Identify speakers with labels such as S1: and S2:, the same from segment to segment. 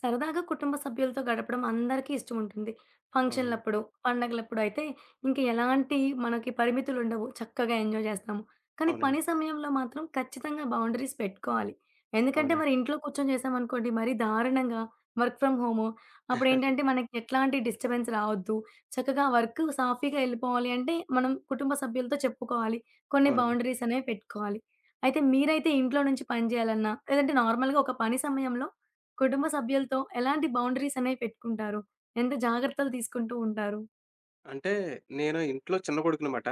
S1: సరదాగా కుటుంబ సభ్యులతో గడపడం అందరికీ ఇష్టం ఉంటుంది.
S2: అవునండి.
S1: ఫంక్షన్‌లప్పుడు, పండగలప్పుడు అయితే ఇంక ఎలాంటి మనకి పరిమితులుండవు. చక్కగా ఎంజాయ్ జేస్తాము. కానీ
S2: అవునండి.
S1: పని సమయంలో మాత్రం ఖచ్చితంగా బౌండరీస్ పెట్టుకోవాలి. ఎందుకంటే మరి
S2: అవునండి.
S1: ఇంట్లో కూర్చొని చేశామనుకోండి మరీ దారుణంగా వర్క్ ఫ్రమ్ హోము. అప్పుడేంటంటే మనకి ఎట్లాంటి డిస్టర్బెన్స్ రావద్దు. చక్కగా వర్క్ సాఫీగా ఎళ్ళిపోవాలి అంటే మనం కుటుంబ సభ్యులతో చెప్పుకోవాలి. కొన్ని
S2: అవునండి.
S1: బౌండరీస్ అనేవి పెట్టుకోవాలి. అయితే మీరైతే ఇంట్లో నుంచి పని జేయాలన్నా, లేదంటే నార్మల్‌గా ఒక పని సమయంలో కుటుంబ సభ్యులతో ఎలాంటి బౌండరీస్ అనేవి పెట్టుకుంటారు? ఎంత జాగ్రత్తలు తీసుకుంటూ ఉంటారు?
S2: అంటే నేను ఇంట్లో చిన్న కొడుకునమాట.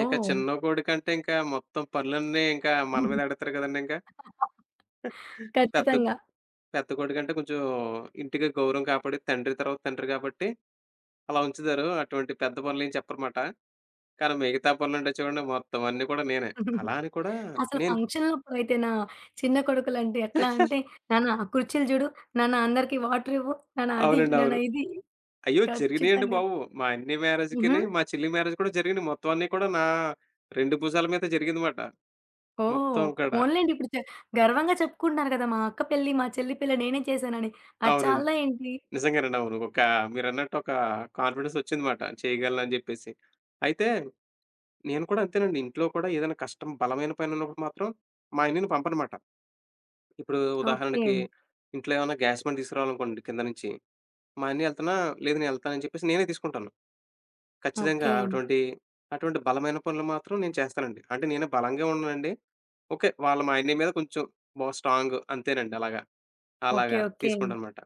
S2: ఇక
S1: ఓహ్!
S2: చిన్న కొడుకంటే ఇంకా మొత్తం పనులన్నీ ఇంకా మన మీద ఎడతారు కదండీ ఇంకా. పెద్ద
S1: ఖచ్చితంగా.
S2: పెద్ద కొడుకంటే కొంచెం ఇంటికి గౌరవం కాబట్టి తండ్రి తర్వాత తండ్రి కాబట్టి అలా ఉంచుతారు. అటువంటి పెద్ద పనులేం చెప్పరమాట. కానీ మిగతా పనులుంటే చూడండి మొత్తం అన్నీ కూడా నేనే. అలా అని కూడా
S1: అసలు
S2: నేను
S1: ఫంక్షన్‌లప్పుడైతేనా చిన్న కొడుకులంటే ఎట్లా అంటే, "నాన్న ఆ కుర్చీలు జూడు, నాన్న అందరికి వాటర్ ఇవ్వు, నాన్న అది,
S2: అవునండి.
S1: నాన్న
S2: అవును.
S1: ఇది."
S2: అయ్యో! జరిగినియండి
S1: ఖచ్చితంగా.
S2: బాబు. మా అన్నయ్య
S1: హుహు.
S2: మ్యారేజ్‌కిని, మా చెల్లి మ్యారేజ్ కూడా జరిగినియి. మొత్తం అన్నీ కూడా నా 2 భుజాల మీద జరిగిందిమాట మొత్తం
S1: ఓహ్!
S2: కూడా.
S1: పోన్లెండి ఇప్పుడు గర్వంగా చెప్పుకుంటున్నారు కదా! మా అక్క పెళ్లి, మా చెల్లి పెళ్లి నేనే చేశానని. అది
S2: అవునండి.
S1: చాలా ఏంటి?
S2: నిజంగానండి. అవును. ఒక మీరన్నట్టు ఒక కాన్ఫిడెన్స్ ఒచ్చిందమాట. చేయగలనని జెప్పేసి. అయితే నేను కూడా అంతేనండి. ఇంట్లో కూడా ఏదైనా కష్టం బలమైన పనున్నప్పుడు మాత్రం మా అన్నయ్యని పంపనమాట. ఇప్పుడు
S1: ఓకే.
S2: ఉదాహరణకి ఇంట్లో ఏమన్నా గ్యాస్ బండ తీసుకురావాలనుకోండి కింద నుంచి. మా అన్నయ్య ఎళ్తన్నా, లేదు నేను ఎళ్తానని చెప్పేసి నేనే తీసుకుంటాను. ఖచ్చితంగా
S1: ఓకే.
S2: అటువంటి, అటువంటి బలమైన పనులు మాత్రం నేను చేస్తానండి. అంటే నేను బలంగా ఉండనండి. ఓకే. వాళ్ళ మా అన్నయ్య మీద కొంచెం బా స్ట్రాంగ్ అంతేనండి అలాగా.
S1: ఓకే.
S2: అలాగా
S1: ఓకే.
S2: తీసుకుంటానమాట.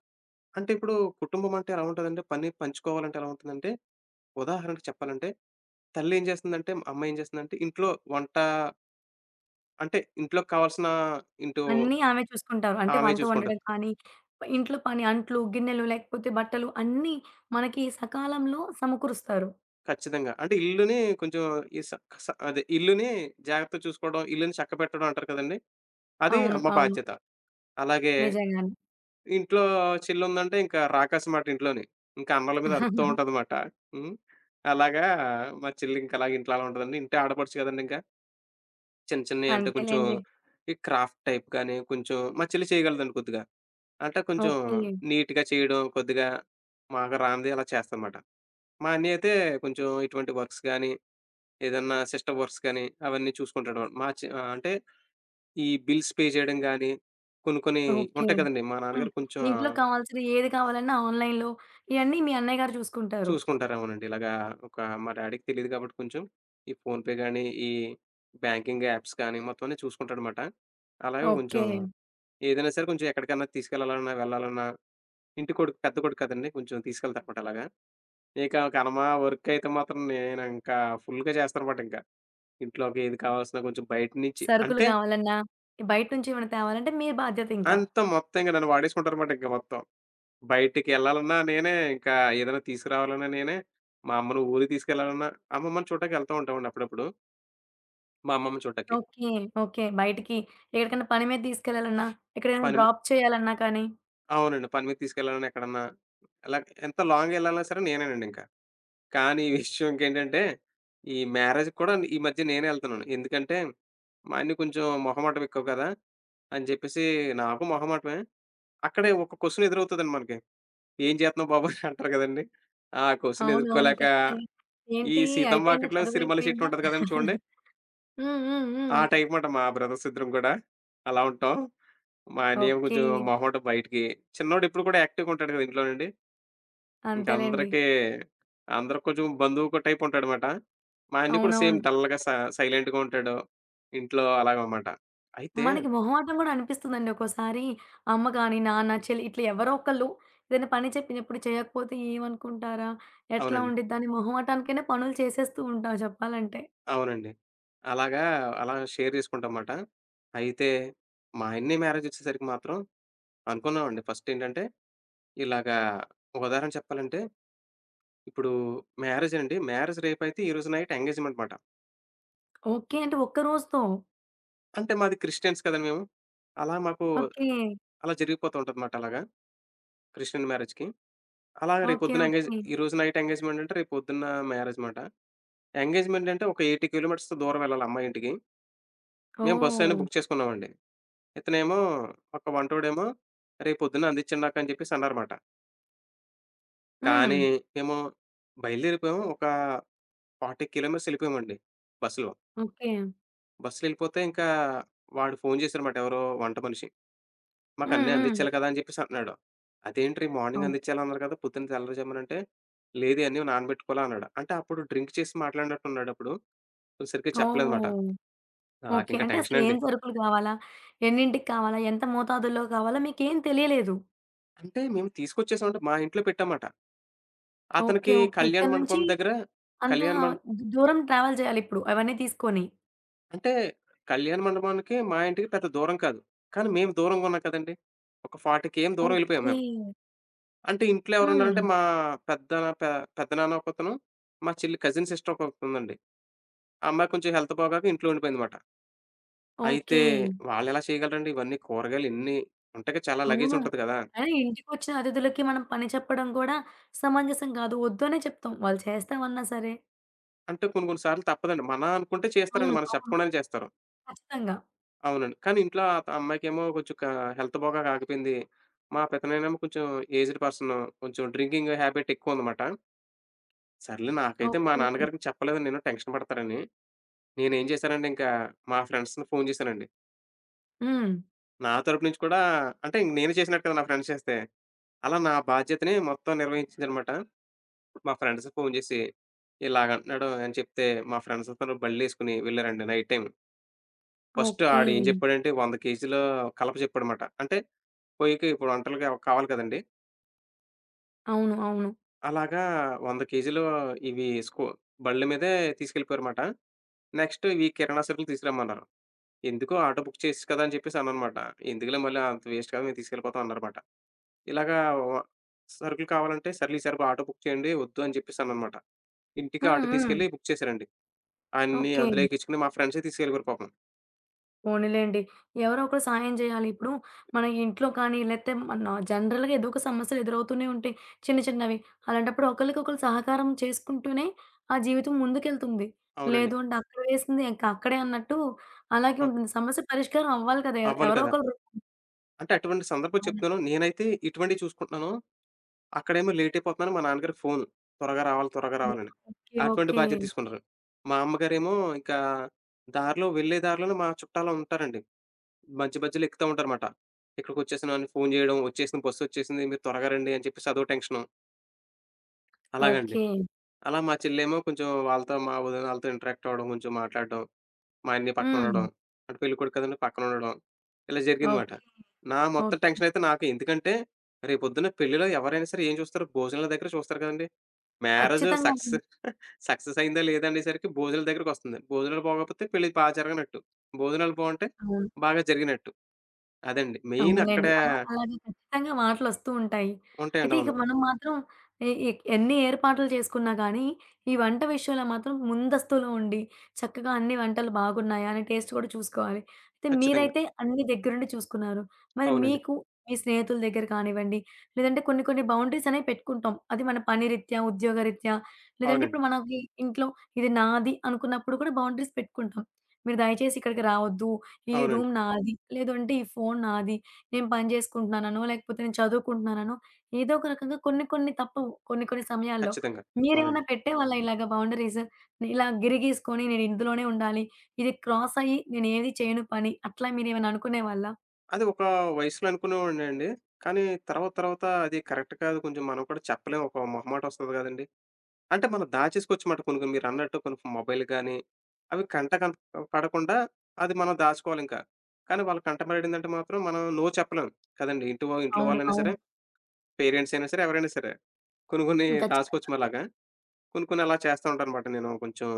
S2: అంటే ఇప్పుడు కుటుంబం అంటే ఎలా ఉంటదంటే, పని పంచుకోవాలంటే ఎలా ఉంటుందంటే, ఉదాహరణకు చెప్పాలంటే, తల్లి ఏం చేస్తుందంటే, అమ్మ ఏం చేస్తుందంటే, ఇంట్లో వంట అంటే ఇంట్లోకి కావాల్సిన ఇంటూ
S1: అన్నీ ఆమె చూసుకుంటారు. అంటే
S2: ఆమె
S1: వంట
S2: చూసుకుంటది.
S1: వండడం కానీ, ఇంట్లో పని అంట్లు, గిన్నెలు లేకపోతే బట్టలు అన్నీ మనకి సకాలంలో సమకూరుస్తారు.
S2: ఖచ్చితంగా. అంటే ఇల్లుని కొంచెం ఈ స స అదే ఇల్లుని జాగ్రత్తగా చూసుకోవడం, ఇల్లుని చక్కబెట్టడం అంటారు కదండీ! అది
S1: అవును.
S2: అమ్మ
S1: అవును.
S2: బాధ్యత. అలాగే
S1: నిజంగానే.
S2: ఇంట్లో చెల్లుందంటే ఇంకా రాకాసి మాట ఇంట్లోని. ఇంకా అన్నల మీద అరుస్తూ ఉంటదమాట. హ్మ్. అలాగా మా చెల్లి ఇంకా అలాగే ఇంట్లో అలా ఉంటదండి. ఇంటి ఆడపడుచు కదండీ! ఇంక. చిన్న చిన్నయి అంటే కొంచెం
S1: అంతేలెండి.
S2: ఈ క్రాఫ్ట్ టైప్ గాని, కొంచెం మా చెల్లి చేయగలదండి కొద్దిగా. అంటే కొంచెం
S1: ఓకే.
S2: నీట్‌గా చేయడం కొద్దిగా మాకు రానిది అలా చేస్తాదనమాట. మా అన్నయ్య అయితే కొంచెం ఇటువంటి వర్క్స్ గాని, ఏదన్నా సిస్టమ్ వర్క్స్ గాని అవన్నీ చూసుకుంటాడు. అంటే ఈ బిల్స్ పే చేయడం గాని, కొన్ని కొన్ని
S1: ఓకే.
S2: ఉంటాయి కదండీ! మా
S1: హ్మ్.
S2: నాన్నగారు కొంచెం
S1: ఇంట్లో కావాల్సిన ఏది కావాలన్నా ఆన్‌లైన్‌లో ఇయన్నీ మీ అన్నయ్య గారు చూసుకుంటారు.
S2: చూసుకుంటారేమోనండి. ఇలాగా ఒక మా డ్యాడీకి తెలీదు కాబట్టి కొంచెం ఈ ఫోన్‌పే గాని, ఈ బ్యాంకింగ్ యాప్స్ గాని మొత్తం అన్నీ చూసుకుంటాడనమాట. అలాగే కొంచెం
S1: ఓకే.
S2: ఏదైనా సరే కొంచెం ఎక్కడికన్నా తీసుకెళ్ళాలన్నా, వెళ్ళాలన్నా ఇంటి కొడుకు పెద్ద కొడుకు కదండీ! కొంచెం తీసుకెళ్తారనమాట అలాగా. ఇక కర్మ వర్క్ అయితే మాత్రం నేనింకా ఫుల్‌గా చేస్తానమాట ఇంకా. ఇంట్లోకి ఏది కావాల్సిన కొంచెం బయట నుంచి
S1: సరుకులు
S2: అంటే
S1: కావాలన్నా, బయట నుంచి ఏమైనా తేవాలంటే మీ బాధ్యత ఇంకా.
S2: అంత మొత్తం ఇంక నన్ను వాడేసుకుంటారనమాట ఇంక మొత్తం. బయటికెళ్ళాలన్నా నేనే, ఇంకా ఏదైనా తీసుకురావాలన్నా నేనే, మా అమ్మని ఊరికి తీసుకెళ్ళాలన్నా అమ్మమ్మని చూడటానికి వెళ్తా ఉంటామండి అప్పుడప్పుడు. మా అమ్మమ్మని చూడటానికి.
S1: ఓకే. ఓకే. బయటికి ఎక్కడికైనా పని మీద తీసుకెళ్ళాలన్నా, ఎక్కడైనా
S2: పని
S1: డ్రాప్ చేయాలన్నా కానీ
S2: అవునండి. పని మీద తీసుకెళ్ళాలన్నా ఎక్కడన్నా, అలా ఎంత లాంగ్ ఎళ్ళాలన్నా సరే నేనేనండి ఇంక. కానీ ఈ విషయంకేంటంటే, ఈ మ్యారేజ్‌కి కూడా ఈ మధ్య నేనే ఎళ్తున్నాను. ఎందుకంటే, మా ఆయన కొంచెం మొహమాటం ఎక్కువ కదా! అని చెప్పేసి నాకు మొహమాటమే. అక్కడే ఒక క్వెషన్ ఎదురవుతదండి మనకి. "ఏం చేత్తన్నావు బాబు" అని అంటారు కదండీ! ఆ క్వెషన్
S1: అవునవును.
S2: ఎదుర్కోలేక
S1: ఖచ్చితంగా.
S2: ఈ
S1: ఏంటి
S2: 'సీతమ్మ
S1: అయిపోయిందా?
S2: వాకిట్లో' సిరిమల్లె చెట్టు
S1: చదువయిపోయిందా?
S2: ఉంటది కదండీ చూడండి.
S1: హ్మ్. హ్మ్.
S2: ఆ
S1: హ్మ్.
S2: టైప్ మాట మా బ్రదర్స్ ఇద్దరం కూడా అలా ఉంటాం. మా ఆయనేమో
S1: ఓకే.
S2: కొంచెం మొహమాటం బయటికి. చిన్నోడు ఇప్పుడు కూడా యాక్టివ్‌గా ఉంటాడు కదా! ఇంట్లోనండి. ఇంక
S1: అంతేలెండి.
S2: అందరికీ అందరూ కొంచెం బంధువు ఒక టైప్ ఉంటాడమాట. మా అన్నయ్య కూడా సేమ్
S1: అవునవును.
S2: డల్‌గా స సైలెంట్‌గా ఉంటాడు. ఇంట్లో అలాగనమాట. అయితే
S1: మనకి మొహమాటం గూడా అనిపిస్తుందండి ఒక్కోసారి. అమ్మ గాని, నాన్న, చెల్లి ఇట్లా ఎవరో ఒకళ్ళు ఏదైనా పని చెప్పినప్పుడు చేయకపోతే ఏమనుకుంటారా? ఎట్లా
S2: అవునండి.
S1: ఉండిద్దని మొహమాటానికైనా పనులు చేసేస్తూ ఉంటాం చెప్పాలంటే.
S2: అవునండి. అలాగా అలా షేర్ చేసుకుంటామాట. అయితే మా అన్నయ్య మ్యారేజొచ్చేసరికి మాత్రం అనుకున్నామండి ఫస్ట్ ఏంటంటే, ఇలాగా ఒక ఉదాహరణ చెప్పాలంటే, ఇప్పుడు మ్యారేజేనండి. మ్యారేజ్ రేపైతే ఈ రోజు నైట్ ఎంగేజ్‌మెంట్ మాట.
S1: ఓకే. అంటే ఒక్క రోజుతో.
S2: అంటే మాది క్రిస్టియన్స్ కదండీ మేము. అలా మాకు
S1: ఓకే.
S2: అలా జరిగిపోతూ ఉంటదమాట అలాగా క్రిస్టియన్ మ్యారేజ్‌కి. అలాగా
S1: ఓకే.
S2: రేపొద్దున ఎంగేజ్
S1: ఓకే.
S2: ఈరోజు నైట్ ఎంగేజ్‌మెంటంటే రేపొద్దున్న మ్యారేజ్‌మాట. ఎంగేజ్‌మెంటంటే ఒక 80 కిలోమీటర్స్ దూరం వెళ్ళాలి అమ్మాయి ఇంటికి. మేము బస్సయినా
S1: ఓహ్!
S2: బుక్ చేసుకున్నామండి. ఇతనేమో ఒక వంటోడేమో "రేపొద్దున్న అందించండి నాకు" అని చెప్పేసి అన్నారమాట.
S1: హ్మ్.
S2: కానీ మేము బయలుదేరిపోయాము. ఒక 40 కిలోమీటర్స్ వెళ్ళిపోయామండి బస్సులో.
S1: ఓకే.
S2: బస్సులో వెళ్ళిపోతే ఇంకా వాడు ఫోను చేశారన్నమాట ఎవరో వంట మనిషి.
S1: హ్మ్.
S2: మాకన్నీ
S1: హ్మ్.
S2: అందిచ్చాలి కదా! అని చెప్పేసి అంటున్నాడు. అదేంట్రీ మార్నింగ్
S1: ఓహ్!
S2: అందిచ్చాలన్నారు కదా! పొద్దున్న తెల్లవారుజామునంటే, లేదు ఇయన్నీ నానబెట్టుకోవాలి అన్నాడు. అంటే అప్పుడు డ్రింక్ చేసి మాట్లాడినట్టున్నాడప్పుడు. సరిగ్గా చెప్పలేదమాట.
S1: ఓహ్! ఓకే.
S2: నాకింక
S1: అంటే అసలు ఏం
S2: టెన్షనండి.
S1: సరుకులు కావాలా? ఎన్నింటికి కావాలా? ఎంత మోతాదుల్లో కావాలా? మీకేం తెలియలేదు.
S2: అంటే మేము తీసుకొచ్చేసామంటే మా ఇంట్లో పెట్టామాట.
S1: ఓకే.
S2: అతనికి
S1: ఓకే.
S2: కళ్యాణ
S1: ఇక్కడి
S2: మండపం
S1: నుంచి
S2: దగ్గర
S1: అంత
S2: కళ్యాణ మం
S1: దూరం ట్రావెల్ చేయాలిప్పుడు అవన్నీ తీసుకొని.
S2: అంటే కళ్యాణ మండపానికి మా ఇంటికి పెద్ద దూరం కాదు. కానీ మేము దూరంగున్నాం కదండీ! ఒక 40 కేఎం దూరం ఎళ్ళిపోయాం
S1: ఓకే.
S2: మేము. అంటే ఇంట్లో
S1: హ్మ్.
S2: ఎవరున్నారంటే మా పెద్దనా పె పెద్దనాన్న ఒకతను, మా చెల్లి కజిన్ సిస్టర్ ఒకతుందండి. ఆ అమ్మాయి కొంచెం హెల్త్ బాగోక ఇంట్లో ఉండిపోయిందమాట. అయితే
S1: ఓకే.
S2: వాళ్ళెలా చేయగలరండి ఇవన్నీ కూరగాయలు ఇన్ని ఉంటాయి చాలా లగేజ్
S1: అవును.
S2: ఉంటది కదా!
S1: అదే ఇంటికొచ్చిన అతిథులకి మనం పని చెప్పడం కూడా సమంజసం కాదు. వద్దనే చెప్తాం. వాళ్ళు చేస్తామన్నా సరే.
S2: అంటే కొన్ని కొన్ని సార్లు తప్పదండి. మన అనుకుంటే చేస్తారండి.
S1: అవును.
S2: మనకు
S1: అవును.
S2: చెప్పకుండానే చేస్తారు.
S1: ఖచ్చితంగా.
S2: అవునండి. కానీ ఇంట్లో ఆ అమ్మాయికేమో కొంచెం హెల్త్ బాగోక ఆగిపోయింది. మా పెద్దనాయనేమో కొంచెం ఏజ్డ్ పర్సన్. కొంచెం డ్రింకింగ్ హ్యాబిట్ ఎక్కువుందమాట. సర్లే నాకైతే మా
S1: ఓకే.
S2: నాన్నగారికి చెప్పలేదు నేను టెన్షన్ పడతారని. నేనేం చేశానంటే ఇంకా మా ఫ్రెండ్స్‌ని ఫోను చేశానండి.
S1: హ్మ్.
S2: నా తరపు నుంచి కూడా అంటే నేనే చేసినట్టు కదా! నా ఫ్రెండ్స్ చేస్తే. అలా నా బాధ్యతని మొత్తం నిర్వహించిందనమాట. మా ఫ్రెండ్స్‌కి ఫోను జేసి, ఇలాగంటన్నాడు అని చెప్తే, మా ఫ్రెండ్స్ అందరూ బళ్ళేసుకొని వెళ్ళారండి నైట్ టైమ్. First
S1: okay.
S2: ఆడేం జెప్పాడంటే 100 కేజీల కలప జెప్పాడమాట. అంటే పొయ్యికి ఇప్పుడు వంటలకి అవి కావాలి కదండీ!
S1: అవును. అవును.
S2: అలాగా 100 కేజీలు ఇవి బళ్ళ మీదే తీసుకెళ్ళిపోయారుమాట. నెక్స్ట్ ఇవి కిరాణా సరుకులు తీసుకురమ్మన్నారు. ఎందుకు ఆటో బుక్ చేసి కదా! అని చెప్పేసి అన్నానమాట. ఎందుకులే మళ్ళీ అంత వేస్ట్ కదా! మేము తీసుకెళ్ళిపోతాం అన్నారమాట. ఇలాగా వ సరుకులు కావాలంటే, సర్లే ఈసారి ఆటో బుక్ చేయండి, వద్దు అని జెప్పేసన్నానమాట. ఇంటికి
S1: హ్మ్.
S2: ఆటో
S1: హ్మ్.
S2: తీసుకెళ్ళి బుక్ చేశారండి. అన్నీ
S1: ఓకే.
S2: అందులో ఎక్కించుకొని మా ఫ్రెండ్సే తీసుకెళ్ళిపోయారు పాపం.
S1: పోనీలెండి. ఎవరో ఒకరు సాయం జేయాలి. ఇప్పుడు మన ఇంట్లో కానీ, లేతే మన జనరల్‌గా ఏదో ఒక సమస్యలు ఎదురవుతూనే ఉంటాయి. చిన్న చిన్నవి. అలాంటప్పుడు ఒకళ్ళకొకళ్ళు సహకారం చేసుకుంటూనే ఆ జీవితం ముందుకెళ్తుంది.
S2: అవునండి.
S1: లేదు అంటే అక్కడ వేసింది ఇంక అక్కడే అన్నట్టు అలాగే
S2: అవ్
S1: ఉంటుంది. సమస్య పరిష్కారం అవ్వాలి కదా!
S2: అవ్వాలి
S1: ఎవరో
S2: కదా!
S1: ఒకళ్ళు
S2: అంటే అటువంటి సందర్భం
S1: అవును.
S2: చెప్తున్నాను. నేనైతే ఇటువంటివి చూసుకుంటున్నాను. అక్కడేమో లేట్ అయిపోతున్నాను. మా నాన్నగారికి ఫోను. త్వరగా రావాలి, త్వరగా
S1: హ్మ్.
S2: రావాలని.
S1: ఓకే.
S2: అటువంటి
S1: ఓకే.
S2: బాధ్యత తీసుకుంటారు. మా అమ్మగారేమో ఇంకా దారిలో వెళ్ళే దారిలోనే మా చుట్టాలు ఉంటారండి. మధ్య మధ్యలో ఎక్కుతా ఉంటారమాట. ఇక్కడికొచ్చేసాను అని ఫోను చేయడం. వచ్చేసింది బస్సొచ్చేసింది. మీరు త్వరగా రండి అని చెప్పేసి అదో టెన్షను. అలాగండి.
S1: ఓకే.
S2: అలా మా చెల్లేమో కొంచెం వాళ్ళతో మా వదిన ఆళ్ళతో ఇంటరాక్ట్ అవ్వడం, కొంచెం మాట్లాడడం. మా అన్నయ్య
S1: హ్మ్.
S2: పక్కనుండడం, అంటే పెళ్ళికొడుకు కదండీ! పక్కనుండడం. ఇలా జరిగిందమాట.
S1: ఓకే.
S2: నా మొత్తం
S1: ఓకే.
S2: టెన్షనయితే నాకే. ఎందుకంటే, రేపొద్దున పెళ్ళిలో ఎవరైనా సరే ఏం చూస్తారు? భోజనాల దగ్గర చూస్తారు కదండీ! మ్యారేజ్
S1: ఖచ్చితంగా అండి.
S2: సక్సెస్ సక్సెస్ అయిందా లేదా అనేసరికి భోజనాల దగ్గరికొస్తుంది. భోజనాలు బాగోకపోతే పెళ్లి బా జరగనట్టు. భోజనాలు బావుంటే
S1: అవును.
S2: బాగా జరిగినట్టు. అదండి. మెయిన్ అక్కడ
S1: అవునులెండి. అలా అలాగే ఖచ్చితంగా మాటలొస్తూ ఉంటాయి.
S2: ఉంటాయండి.
S1: అయితే ఇక
S2: అవును.
S1: మనం మాత్రం ఎ ఎ ఎన్ని ఏర్పాట్లు చేసుకున్నా గానీ, ఈ వంట విషయంలో మాత్రం ముందస్తులో ఉండి, చక్కగా అన్ని వంటలు బాగున్నాయా అని టేస్ట్ కూడా చూసుకోవాలి. అయితే
S2: ఖచ్చితంగా.
S1: మీరైతే అన్ని దగ్గరుండి చూసుకున్నారు. మరి
S2: అవునండి.
S1: మీకు మీ స్నేహితుల దగ్గర కానివ్వండి, లేదంటే కొన్ని కొన్ని బౌండరీస్ అనేవి పెట్టుకుంటాం. అది మన పని రీత్యా, ఉద్యోగ రీత్యా, లేదంటే
S2: అవునండి.
S1: ఇప్పుడు మనకి ఇంట్లో ఇది నాది అనుకున్నప్పుడు కూడా బౌండరీస్ పెట్టుకుంటాం. మీరు దయచేసి ఇక్కడికి రావద్దు, ఈ
S2: అవునండి.
S1: రూమ్ నాది, లేదంటే ఈ ఫోను నాది నేను పని జేసుకుంటున్నాననో, లేకపోతే నేను చదువుకుంటున్నాననో, ఏదో ఒక రకంగా కొన్ని కొన్ని తప్పవు. కొన్ని కొన్ని సమయాల్లో.
S2: ఖచ్చితంగా. అవునండి.
S1: మీరేమైనా పెట్టేవాళ్ళా ఇలాగ బౌండరీస్? ఇలా గిరి గీసుకొని నేను ఇందులోనే ఉండాలి. ఇది క్రాస్ అయ్యి నేనేది చేయను పని అట్లా మీరేమైనా అనుకునేవాళ్ళా?
S2: అది ఒక వయసులో అనుకునేవాడినండి. కానీ తర్వాత తర్వాత అది కరెక్ట్ కాదు. కొంచెం మనం కూడా చెప్పలేం. ఒక మొహమాటొస్తది గదండీ! అంటే మనం దాచేసుకోవచ్చమాట కొన్ని కొన్ని మీరన్నట్టు కొన్ని మొబైల్ గాని, అవి కంట పడకుండా అది మనం దాచుకోవాలింకా. కానీ వాళ్ళ కంట పడిందంటే మాత్రం మనం నో చెప్పలేం కదండీ! ఇంటి వా ఇంట్లో
S1: అవును.
S2: వాళ్ళైనా
S1: అవును.
S2: సరే, పేరెంట్స్ అయినా సరే, ఎవరైనా సరే. కొన్ని కొన్ని
S1: హ్మ్. ఖచ్చితంగా.
S2: దాచుకోవచ్చు అలాగా. కొన్ని కొన్ని అలా చేస్తా ఉంటానమాట నేను. కొంచెం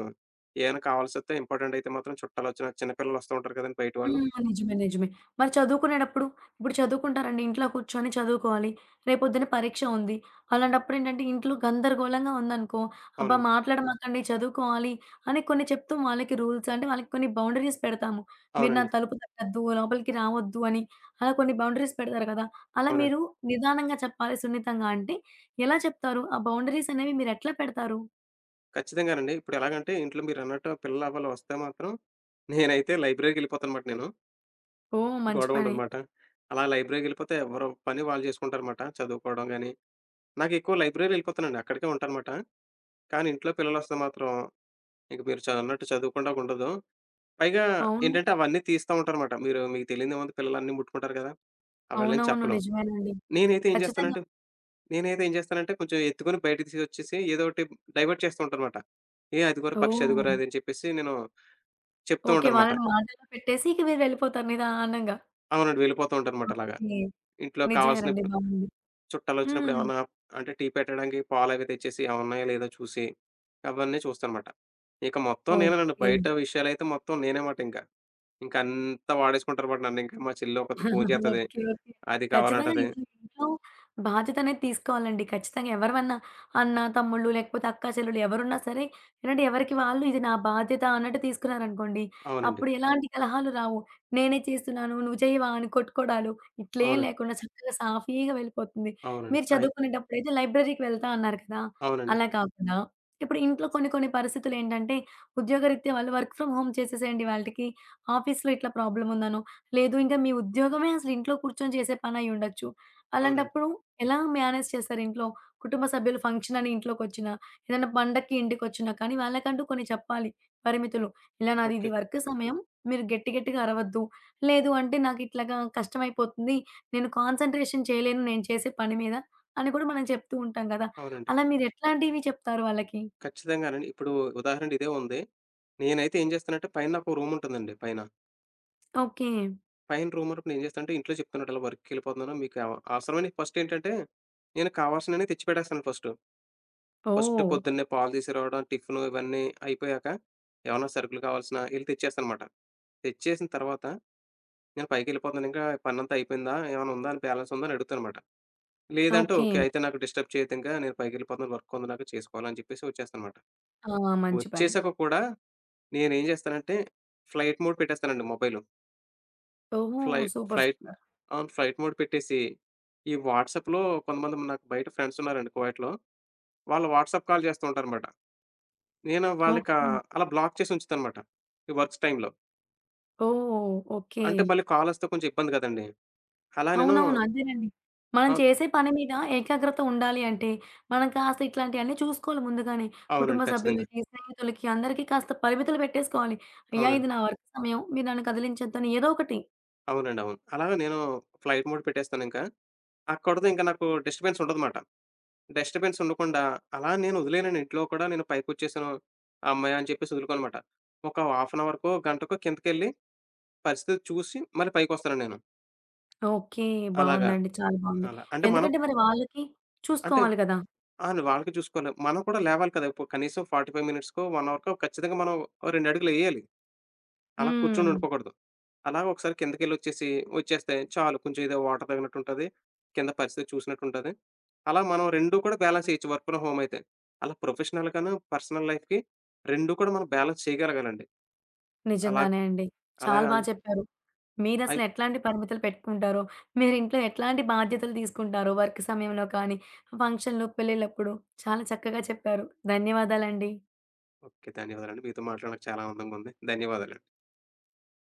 S2: ఏమైనా కావాల్సొస్తే ఇంపార్టెంట్ అయితే మాత్రం చుట్టాలొచ్చినా చిన్న పిల్లలొస్తూ ఉంటారు కదండీ బయట వాళ్ళు.
S1: హ్మ్. నిజమే. నిజమే. మరి చదువుకునేటప్పుడు ఇప్పుడు చదువుకుంటారండి. ఇంట్లో కూర్చొని చదువుకోవాలి. రేపొద్దున పరీక్ష ఉంది. అలాంటప్పుడేంటంటే ఇంట్లో గందరగోళంగా ఉందనుకో, అబ్బా!
S2: అవునండి.
S1: మాట్లాడమాకండి చదువుకోవాలి అని కొన్ని చెప్తూ వాళ్ళకి రూల్స్ అంటే వాళ్ళకి కొన్ని బౌండరీస్ పెడతాము. మీరు నా
S2: అవునండి.
S1: తలుపు తట్టొద్దు, లోపలికి రావద్దు అని అలా కొన్ని బౌండరీస్ పెడతారు కదా! అలా
S2: అవునండి.
S1: మీరు నిదానంగా చెప్పాలి సున్నితంగా అంటే ఎలా చెప్తారు? ఆ బౌండరీస్ అనేవి మీరెట్లా పెడతారు?
S2: ఖచ్చితంగానండి. ఇప్పుడెలాగంటే ఇంట్లో మీరన్నట్టు పిల్లలు అవ్వలు వస్తే మాత్రం నేనైతే లైబ్రరీకెళ్ళిపోతానమాట నేను.
S1: ఓహ్! మంచి పని.
S2: గొడవుండదుమాట. అలా లైబ్రరీకెళ్ళిపోతే ఎవరు పని వాళ్ళు చేసుకుంటారుమాట. చదువుకోవడం గాని, నాకెక్కువ లైబ్రరీకెళ్ళిపోతానండి. అక్కడికే ఉంటానమాట. కానీ ఇంట్లో పిల్లలొస్తే మాత్రం ఇంక మీరు అన్నట్టు చదువుకుండా ఉండదు. పైగా
S1: అవును.
S2: ఏంటంటే అవన్నీ తీస్తా ఉంటారుమాట. మీరు మీకు తెలియనిదేముంది పిల్లలన్నీ ముట్టుకుంటారు కదా! అవళ్ళేం
S1: అవునవును.
S2: చెప్పలేం.
S1: నిజమేనండి.
S2: నేనైతే ఏం
S1: ఖచ్చితంగా.
S2: చేస్తానంటే నేనైతే ఏం చేస్తానంటే కొంచెం ఎత్తుకొని బయటకి తీసుకొచ్చేసి ఏదో ఒకటి డైవర్ట్ చేస్తూ ఉంటానమాట. "ఏ అదిగోరా పక్షి అదిగోరా"
S1: ఓహ్!
S2: అది అని చెప్పేసి నేను చెప్తూ
S1: ఓకే.
S2: ఉంటానమాట.
S1: వాళ్ళని మాటల్లో పెట్టేసి ఇక మీరు వెళ్ళిపోతారు నిదానంగా.
S2: అవునండి. వెళ్ళిపోతూ ఉంటానమాట అలాగా.
S1: ఓకే.
S2: ఇంట్లో
S1: నిజమేనండి.
S2: కావాల్సినప్పుడు
S1: బావుంది.
S2: చుట్టాలొచ్చినప్పుడు
S1: హ్మ్.
S2: ఏమన్నా అంటే టీ పెట్టడానికి పాలవి తెచ్చేసి అవి ఉన్నాయో లేదో చూసి అవన్నీ చూస్తానమాట. ఇక మొత్తం నేనేనండి.
S1: ఓకే.
S2: బయట విషయాలైతే మొత్తం నేనే మాట ఇంక. ఇంక అంతా వాడేసుకుంటారమాట నన్నింక. మా చెల్లి ఒకతి ఫోను చేత్తది.
S1: ఓకే. ఓకే.
S2: అది
S1: ఖచ్చితంగా
S2: కావాలంటది.
S1: ఇది ఇంట్లో బాధ్యతనేది తీసుకోవాలండి. ఖచ్చితంగా ఎవరివన్నా అన్న, తమ్ముళ్ళు లేకపోతే అక్కా, చెల్లెలు ఎవరున్నా సరే ఏంటంటే ఎవరికి వాళ్ళు ఇది నా బాధ్యత అన్నట్టు తీసుకున్నారనుకోండి.
S2: అవునండి.
S1: అప్పుడు ఎలాంటి కలహాలు రావు. నేనే చేస్తున్నాను, నువ్వు చేయవా అని కొట్టుకోడాలు ఇట్లేం
S2: అవునండి.
S1: లేకుండా చక్కగా సాఫీగా వెళ్ళిపోతుంది.
S2: అవునండి.
S1: మీరు
S2: అయి
S1: చదువుకునేటప్పుడైతే లైబ్రరీకి వెళ్తా అన్నారు కదా!
S2: అవునండి.
S1: అలా కాకుండా ఇప్పుడు ఇంట్లో కొన్ని కొన్ని పరిస్థితులేంటంటే ఉద్యోగరీత్యా వాళ్ళు వర్క్ ఫ్రమ్ హోమ్ చేసేసేయండి వాళ్ళకి. ఆఫీస్‌లో ఇట్లా ప్రాబ్లమ్ ఉందనో, లేదు ఇంకా మీ ఉద్యోగమే అసలు ఇంట్లో కూర్చొని చేసే పనయ్యుండొచ్చు.
S2: అవునండి.
S1: అలాంటప్పుడు ఎలా మేనేజ్ చేస్తారు ఇంట్లో? కుటుంబ సభ్యులు ఫంక్షన్ అని ఇంట్లోకొచ్చినా, ఏదైనా పండక్కి ఇంటికొచ్చినా కానీ వాళ్ళకంటూ కొన్ని చెప్పాలి పరిమితులు. ఇలా నాది ఇది
S2: ఓకే.
S1: వర్క్ సమయం. మీరు గట్టి గట్టిగా అరవద్దు. లేదు అంటే నాకిట్లాగా కష్టమైపోతుంది. నేను కాన్సంట్రేషన్ చేయలేను నేను చేసే పని మీద అని కూడా మనం చెప్తూ ఉంటాం గదా!
S2: అవునండి.
S1: అలా మీరెట్లాంటివి చెప్తారు వాళ్ళకి?
S2: ఖచ్చితంగానండి. ఇప్పుడు ఉదాహరణకి ఇదే ఉంది. నేనైతే ఏం చేస్తానంటే పైన నాకు రూముంటుందండి పైన.
S1: ఓకే.
S2: పైన రూమన్నప్పుడు నేనేం చేస్తానంటే ఇంట్లో చెప్తాను ఇలా వర్క్‌కెళ్ళిపోతున్నాను. మీకు అవసరమైనయి ఫస్టేంటంటే, నేను కావాల్సినయన్ని తెచ్చి పెట్టేస్తాను ఫస్టు. ఫస్ట్
S1: ఓహ్!
S2: పొద్దున్నే పాలు తీసుకురావడం, టిఫిను ఇవన్నీ అయిపోయాక, ఏమన్నా సరుకులు కావాల్సినా ఎళ్లి తెచ్చేస్తానమాట. తెచ్చేసిన తర్వాత, నేను పైకెళ్ళిపోతున్నాను ఇంకా పనంతా అయిపోయిందా? ఏమన్నా ఉందా? అని బ్యాలెన్స్ ఉందా? అని అడుగుతానమాట. లేదంటే
S1: ఓకే.
S2: ఓకే. అయితే నాకు డిస్టర్బ్ చేయొద్దింకా నేను పైకెళ్ళిపోతున్నాను. వర్క్ ఉంది నాకు చేసుకోవాలని చెప్పేసి వచ్చేస్తానమాట.
S1: ఆ! మంచి పని.
S2: వచ్చేసాక కూడా నేనేం చేస్తానంటే, ఫ్లైట్ మోడ్ పెట్టేస్తానండి మొబైల్.
S1: ఓహో!
S2: Flight
S1: super.
S2: Flight
S1: super.
S2: అవును. ఫ్లైట్ మోడ్ పెట్టేసి, ఈ వాట్సాప్‌లో కొంతమంది నాకు బయట ఫ్రెండ్స్ ఉన్నారండి కువైట్‌లో. వాళ్ళు వాట్సాప్ కాల్ చేస్తూ ఉంటారనమాట. నేను వాళ్ళకి
S1: ఓకే.
S2: అలా బ్లాక్ చేసి ఉంచుతానమాట. ఈ వర్క్స్ టైమ్‌లో.
S1: ఓహ్! ఓకే.
S2: అంటే మళ్ళీ కాలొస్తే కొంచెం ఇబ్బంది కదండీ! అలా నేను
S1: అవునవును. అదేనండి. మనం
S2: అవును.
S1: చేసే పని మీద ఏకాగ్రత ఉండాలి అంటే, మనం కాస్త ఇట్లాంటియన్నీ చూసుకోవాలి ముందుగానే. కుటుంబ
S2: అవునండి. ఖచ్చితంగా.
S1: సభ్యులకి, స్నేహితులకి అందరికీ కాస్త పరిమితులు పెట్టేసుకోవాలి. అయ్యా!
S2: అవునండి.
S1: ఇది నా వర్క్ సమయం. మీరు నన్ను కదిలించొద్దని ఏదో ఒకటి.
S2: అవునండి. అవును. అలాగే నేను ఫ్లైట్ మోడ్ పెట్టేస్తానింకా. అక్కడితో ఇంక నాకు డిస్టర్బెన్స్ ఉండదుమాట. డిస్టర్బెన్స్ ఉండకుండా అలా నేను వదిలేనండి. ఇంట్లో కూడా నేను పైకొచ్చేసాను, హమ్మయ్య! అని చెప్పేసి వదులుకోనమాట. ఒక హాఫ్ అన్ అవర్‌కో, గంటకో కిందకెళ్ళి పరిస్థితి చూసి మళ్ళీ పైకొస్తాను నేను.
S1: ఓకే.
S2: అలాగా.
S1: బావుందండి. చాలా బావుంది.
S2: అలా. అంటే మనం
S1: ఎందుకంటే మరి వాళ్ళకి
S2: అంటే
S1: చూసుకోవాలి కదా!
S2: ఆళ్ళు వాళ్ళకి చూసుకోవాలి. మనం కూడా లేవాలి కదా! ఇప్పుడు కనీసం 45 మినిట్స్‌కో, 1 అవర్‌కో ఖచ్చితంగా మనం ఓ 2 అడుగులేయాలి. అలా కూర్చొని
S1: హ్మ్.
S2: ఉండిపోకూడదు. అలా ఒకసారి కిందకెళ్ళొచ్చేసి వచ్చేస్తే చాలు. కొంచెం ఏదో వాటర్ తాగినట్టుంటది. కింద పరిస్థితి చూసినట్టుంటది. అలా మనం 2 కూడా బ్యాలెన్స్ చేయొచ్చు వర్క్ ఫ్రమ్ హోమ్ అయితే. అలా ప్రొఫెషనల్‌గాను, పర్సనల్ లైఫ్‌కి 2 కూడా మనం బ్యాలెన్స్ చేయగలగాలండి. అలా
S1: నిజంగానే అండి. చాలా
S2: అలాగా అన్
S1: చెప్పారు.
S2: అయి
S1: మీరసలు ఎట్లాంటి పరిమితులు పెట్టుకుంటారో, మీరింట్లో ఎట్లాంటి బాధ్యతలు తీసుకుంటారో వర్క్ సమయంలో కానీ, ఫంక్షన్‌లు, పెళ్ళిళ్ళప్పుడు చాలా చక్కగా చెప్పారు. ధన్యవాదాలండి.
S2: ఓకే. ధన్యవాదాలండి. మీతో మాట్లాడడానికి చాలా ఆనందంగా ఉంది. ధన్యవాదాలు.